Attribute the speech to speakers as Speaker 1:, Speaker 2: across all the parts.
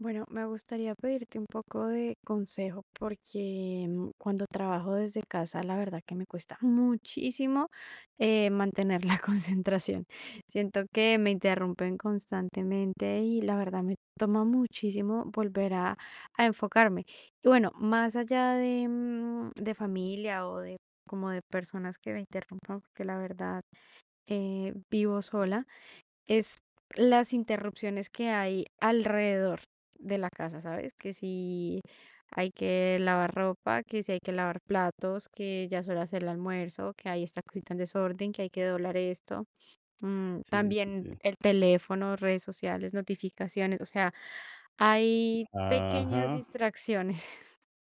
Speaker 1: Bueno, me gustaría pedirte un poco de consejo porque cuando trabajo desde casa, la verdad que me cuesta muchísimo mantener la concentración. Siento que me interrumpen constantemente y la verdad me toma muchísimo a enfocarme. Y bueno, más allá de familia o de como de personas que me interrumpan, porque la verdad vivo sola. Es Las interrupciones que hay alrededor de la casa, ¿sabes? Que si hay que lavar ropa, que si hay que lavar platos, que ya es hacer el almuerzo, que hay esta cosita en desorden, que hay que doblar esto.
Speaker 2: Sí, sí,
Speaker 1: También
Speaker 2: sí.
Speaker 1: el teléfono, redes sociales, notificaciones, o sea, hay pequeñas
Speaker 2: Ajá.
Speaker 1: distracciones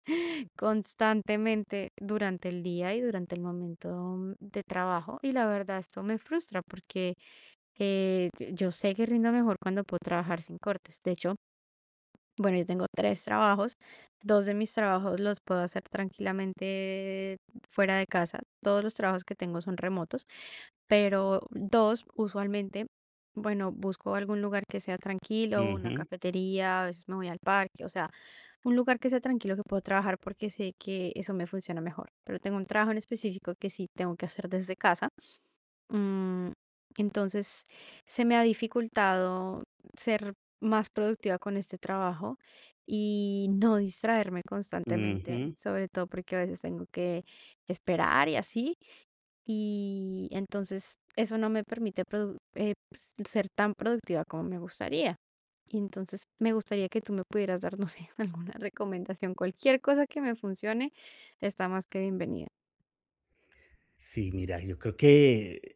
Speaker 1: constantemente durante el día y durante el momento de trabajo. Y la verdad, esto me frustra porque yo sé que rindo mejor cuando puedo trabajar sin cortes. De hecho, bueno, yo tengo tres trabajos. Dos de mis trabajos los puedo hacer tranquilamente fuera de casa. Todos los trabajos que tengo son remotos, pero dos, usualmente, bueno, busco algún lugar que sea tranquilo, una
Speaker 2: Ujú,
Speaker 1: cafetería, a veces me voy al parque, o sea, un lugar que sea tranquilo que puedo trabajar porque sé que eso me funciona mejor. Pero tengo un trabajo en específico que sí tengo que hacer desde casa. Mm, entonces, se me ha dificultado ser más productiva con este trabajo y no distraerme constantemente,
Speaker 2: ujú.
Speaker 1: sobre todo porque a veces tengo que esperar y así, y entonces eso no me permite ser tan productiva como me gustaría. Y entonces me gustaría que tú me pudieras dar, no sé, alguna recomendación, cualquier cosa que me funcione, está más que bienvenida.
Speaker 2: Sí, mira, yo creo que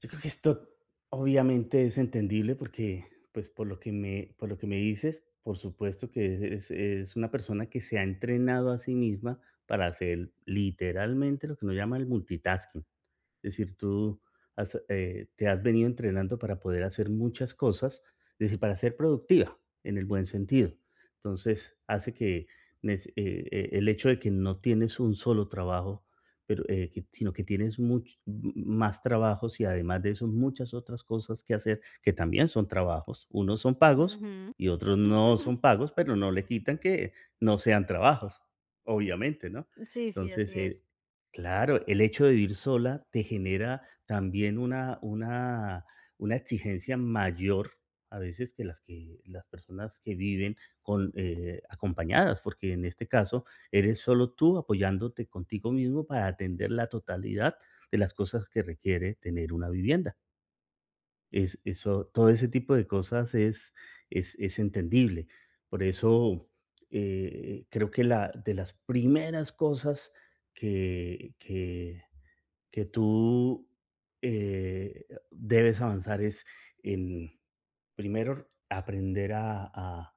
Speaker 2: esto obviamente es entendible porque, pues, por lo que me dices, por supuesto que es una persona que se ha entrenado a sí misma para hacer literalmente lo que nos llama el multitasking. Es decir, tú has, te has venido entrenando para poder hacer muchas cosas, es decir, para ser productiva en el buen sentido. Entonces, hace que el hecho de que no tienes un solo trabajo, pero, sino que tienes más trabajos y además de eso muchas otras cosas que hacer que también son trabajos. Unos son pagos
Speaker 1: Ujú.
Speaker 2: y otros no son pagos, pero no le quitan que no sean trabajos, obviamente, ¿no?
Speaker 1: Sí, sí,
Speaker 2: Entonces,
Speaker 1: así es.
Speaker 2: claro, el hecho de vivir sola te genera también una exigencia mayor a veces que las personas que viven con, acompañadas, porque en este caso eres solo tú apoyándote contigo mismo para atender la totalidad de las cosas que requiere tener una vivienda. Todo ese tipo de cosas es entendible. Por eso creo que de las primeras cosas que, que que tú eh, debes avanzar es en primero aprender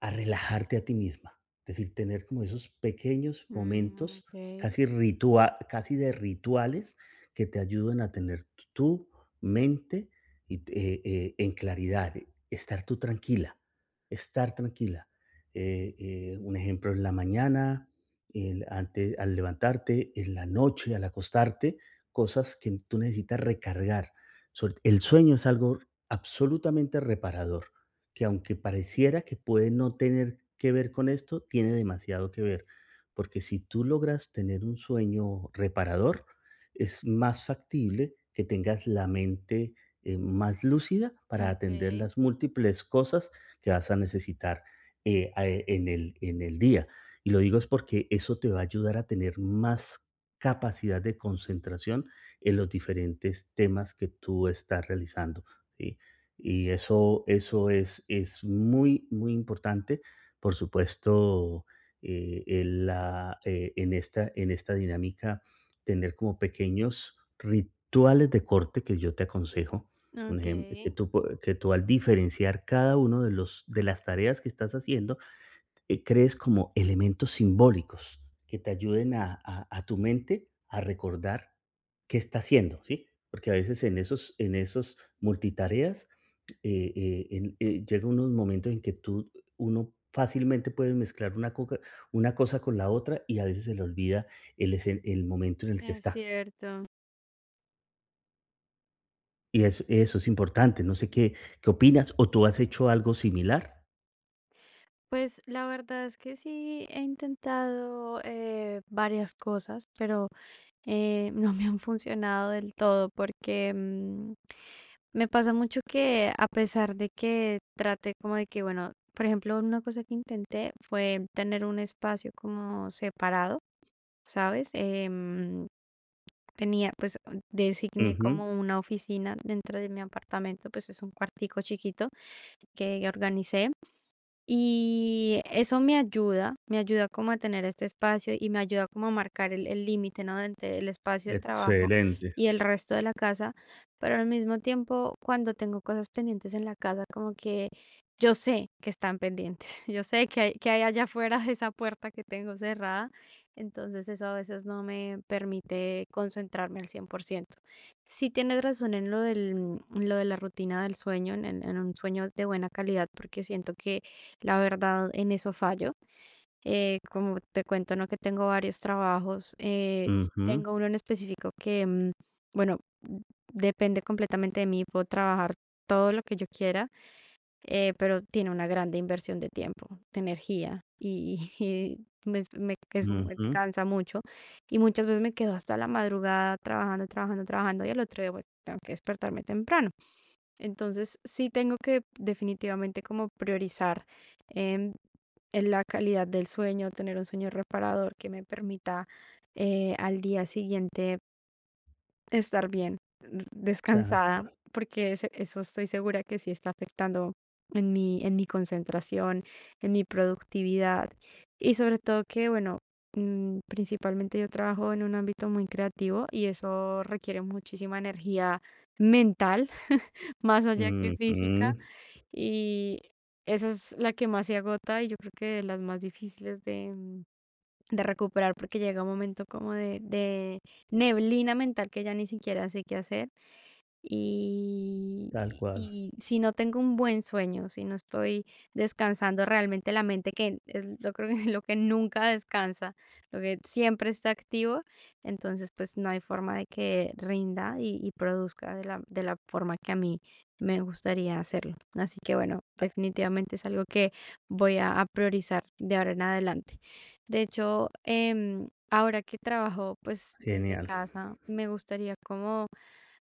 Speaker 2: a relajarte a ti misma. Es decir, tener como esos pequeños
Speaker 1: Mm,
Speaker 2: momentos
Speaker 1: okey,
Speaker 2: casi de rituales que te ayuden a tener tu mente en claridad, estar tú tranquila, estar tranquila. Un ejemplo en la mañana, al levantarte, en la noche, al acostarte, cosas que tú necesitas recargar. Sobre- El sueño es algo absolutamente reparador que aunque pareciera que puede no tener que ver con esto, tiene demasiado que ver, porque si tú logras tener un sueño reparador, es más factible que tengas la mente más lúcida para atender
Speaker 1: okey,
Speaker 2: las múltiples cosas que vas a necesitar en en el día. Y lo digo es porque eso te va a ayudar a tener más capacidad de concentración en los diferentes temas que tú estás realizando. ¿Sí? Y eso es muy, muy importante. Por supuesto, en esta dinámica, tener como pequeños rituales de corte que yo te aconsejo. Un ejem- que,
Speaker 1: okey,
Speaker 2: tú, po- Que tú al diferenciar cada uno de de las tareas que estás haciendo, crees como elementos simbólicos que te ayuden a tu mente a recordar qué está haciendo, ¿sí? Porque a veces en esos multitareas llega unos momentos en que uno fácilmente puede mezclar una cosa con la otra y a veces se le olvida el momento en el que
Speaker 1: es
Speaker 2: está.
Speaker 1: cierto.
Speaker 2: Y eso es importante. No sé qué, qué opinas o tú has hecho algo similar.
Speaker 1: Pues la verdad es que sí he intentado varias cosas, pero no me han funcionado del todo porque me pasa mucho que a pesar de que trate como de que, bueno, por ejemplo, una cosa que intenté fue tener un espacio como separado, ¿sabes? Em, tenía, pues designé
Speaker 2: Ujú,
Speaker 1: como una oficina dentro de mi apartamento, pues es un cuartico chiquito que organicé y eso me ayuda como a tener este espacio y me ayuda como a marcar el límite, ¿no? Entre el espacio de trabajo
Speaker 2: excelente.
Speaker 1: y el resto de la casa, pero al mismo tiempo, cuando tengo cosas pendientes en la casa, como que yo sé que están pendientes, yo sé que hay allá afuera de esa puerta que tengo cerrada, entonces eso a veces no me permite concentrarme al cien por ciento. Sí tienes razón en lo del, lo de la rutina del sueño, en, en un sueño de buena calidad, porque siento que la verdad, en eso fallo. Como te cuento, ¿no? Que tengo varios trabajos.
Speaker 2: Ujú,
Speaker 1: Tengo uno en específico que, bueno, depende completamente de mí. Puedo trabajar todo lo que yo quiera, pero tiene una grande inversión de tiempo, de energía y,
Speaker 2: ujú,
Speaker 1: cansa mucho. Y muchas veces me quedo hasta la madrugada trabajando, trabajando, trabajando y al otro día pues tengo que despertarme temprano. Entonces, sí tengo que definitivamente como priorizar em, en la calidad del sueño, tener un sueño reparador que me permita al día siguiente estar bien,
Speaker 2: tal
Speaker 1: descansada,
Speaker 2: cual.
Speaker 1: porque eso estoy segura que sí está afectando en mi concentración, en mi productividad y sobre todo que, bueno, principalmente yo trabajo en un ámbito muy creativo y eso requiere muchísima energía mental más allá que física,
Speaker 2: Ujú,
Speaker 1: y esa es la que más se agota y yo creo que de las más difíciles de recuperar porque llega un momento como de neblina mental que ya ni siquiera sé qué hacer y
Speaker 2: tal cual,
Speaker 1: si no tengo un buen sueño, si no estoy descansando realmente la mente, que es lo creo que lo que nunca descansa, lo que siempre está activo, entonces, pues, no hay forma de que rinda y produzca de la forma que a mí me gustaría hacerlo. Así que, bueno, definitivamente es algo que voy a priorizar de ahora en adelante. De hecho, em, ahora que trabajo, pues, desde
Speaker 2: genial.
Speaker 1: casa, me gustaría como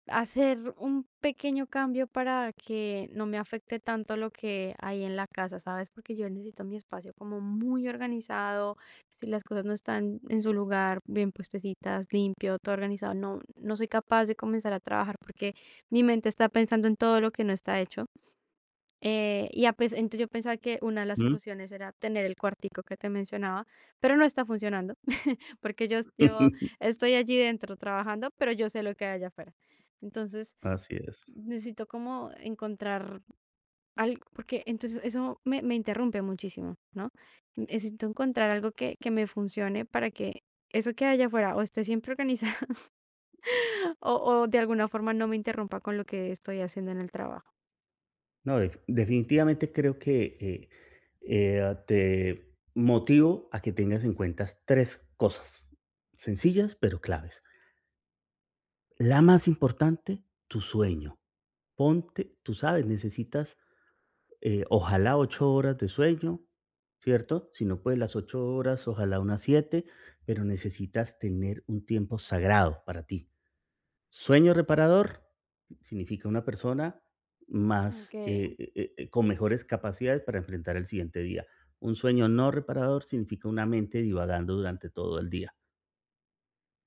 Speaker 1: hacer un pequeño cambio para que no me afecte tanto lo que hay en la casa, ¿sabes? Porque yo necesito mi espacio como muy organizado, si las cosas no están en su lugar, bien puestecitas, limpio, todo organizado, no, no soy capaz de comenzar a trabajar porque mi mente está pensando en todo lo que no está hecho. Entonces yo pensaba que una de las
Speaker 2: Ujú.
Speaker 1: soluciones era tener el cuartico que te mencionaba, pero no está funcionando porque yo estoy allí dentro trabajando, pero yo sé lo que hay allá afuera. Entonces,
Speaker 2: Así es.
Speaker 1: necesito como encontrar algo, porque entonces eso me, me interrumpe muchísimo, ¿no? Necesito encontrar algo que me funcione para que eso que haya afuera o esté siempre organizado o de alguna forma no me interrumpa con lo que estoy haciendo en el trabajo.
Speaker 2: No, definitivamente creo que, te motivo a que tengas en cuenta 3 cosas, sencillas pero claves. La más importante, tu sueño. Ponte tú sabes, necesitas, ojalá 8 horas de sueño, ¿cierto? Si no puedes las 8 horas, ojalá unas 7. Pero necesitas tener un tiempo sagrado para ti. Sueño reparador significa una persona
Speaker 1: Okay.
Speaker 2: con mejores capacidades para enfrentar el siguiente día. Un sueño no reparador significa una mente divagando durante todo el día.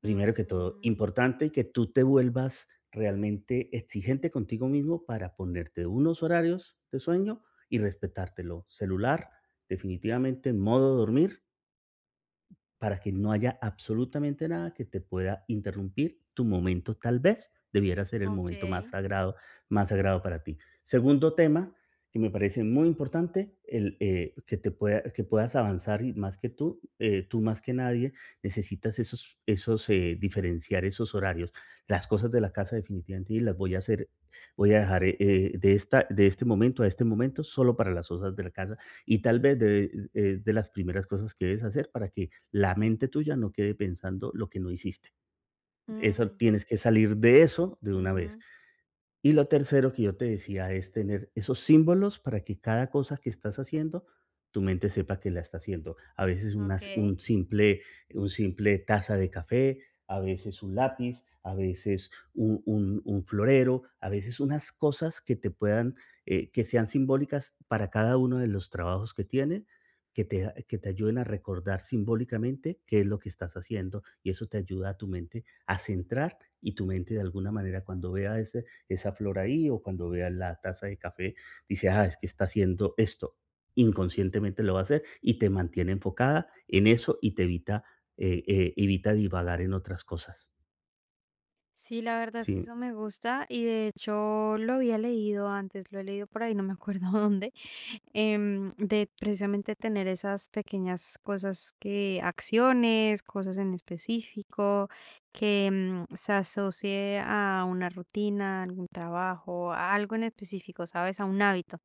Speaker 2: Primero que todo,
Speaker 1: Mm,
Speaker 2: importante que tú te vuelvas realmente exigente contigo mismo para ponerte unos horarios de sueño y respetártelo. Celular, definitivamente, modo dormir para que no haya absolutamente nada que te pueda interrumpir tu momento, tal vez debiera ser el momento
Speaker 1: okay.
Speaker 2: más sagrado para ti. Segundo tema que me parece muy importante, el, que, te pueda, que puedas avanzar y más que tú, tú más que nadie, necesitas esos diferenciar esos horarios. Las cosas de la casa definitivamente y las voy a hacer, voy a dejar de este momento a este momento solo para las cosas de la casa y tal vez de las primeras cosas que debes hacer para que la mente tuya no quede pensando lo que no hiciste. Eso
Speaker 1: Mm,
Speaker 2: tienes que salir de eso de una vez.
Speaker 1: ujú,
Speaker 2: Y lo tercero que yo te decía es tener esos símbolos para que cada cosa que estás haciendo, tu mente sepa que la está haciendo. A veces
Speaker 1: okay.
Speaker 2: simple, un simple taza de café, a veces un lápiz, a veces un florero, a veces unas cosas que te puedan, que sean simbólicas para cada uno de los trabajos que tienes, que te ayuden a recordar simbólicamente qué es lo que estás haciendo y eso te ayuda a tu mente a centrar y tu mente de alguna manera cuando vea ese esa flor ahí o cuando vea la taza de café, dice, ah, es que está haciendo esto. Inconscientemente lo va a hacer y te mantiene enfocada en eso y te evita, evita divagar en otras cosas.
Speaker 1: Sí, la verdad es que
Speaker 2: Sí,
Speaker 1: eso me gusta y de hecho lo había leído antes, lo he leído por ahí, no me acuerdo dónde, em, de precisamente tener esas pequeñas cosas que, acciones, cosas en específico, que se asocie a una rutina, algún trabajo, a algo en específico, ¿sabes? A un hábito.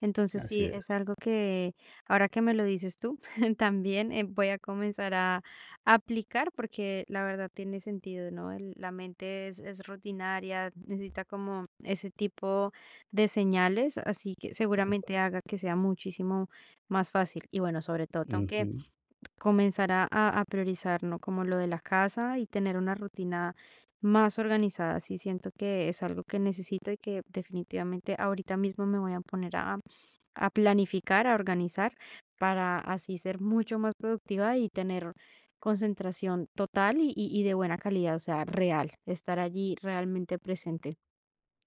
Speaker 1: Entonces
Speaker 2: así
Speaker 1: sí,
Speaker 2: es,
Speaker 1: es algo que ahora que me lo dices tú, también voy a comenzar a aplicar porque la verdad tiene sentido, ¿no? La mente es rutinaria, necesita como ese tipo de señales, así que
Speaker 2: tal cual.
Speaker 1: seguramente haga que sea muchísimo más fácil. Y bueno, sobre todo, tengo
Speaker 2: Ujú.
Speaker 1: que comenzar a priorizar, ¿no? Como lo de la casa y tener una rutina más organizada. Sí, siento que es algo que necesito y que definitivamente ahorita mismo me voy a poner a planificar, a organizar, para así ser mucho más productiva y tener concentración total y de buena calidad, o sea, real, estar allí realmente presente.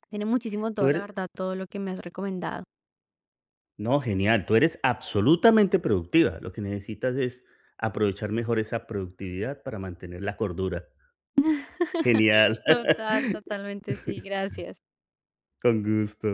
Speaker 1: Tiene muchísimo
Speaker 2: Tú
Speaker 1: todo, la
Speaker 2: eres,
Speaker 1: verdad, todo lo que me has recomendado.
Speaker 2: no, genial, tú eres absolutamente productiva. Lo que necesitas es aprovechar mejor esa productividad para mantener la cordura. Genial,
Speaker 1: Total, totalmente sí, gracias.
Speaker 2: con gusto.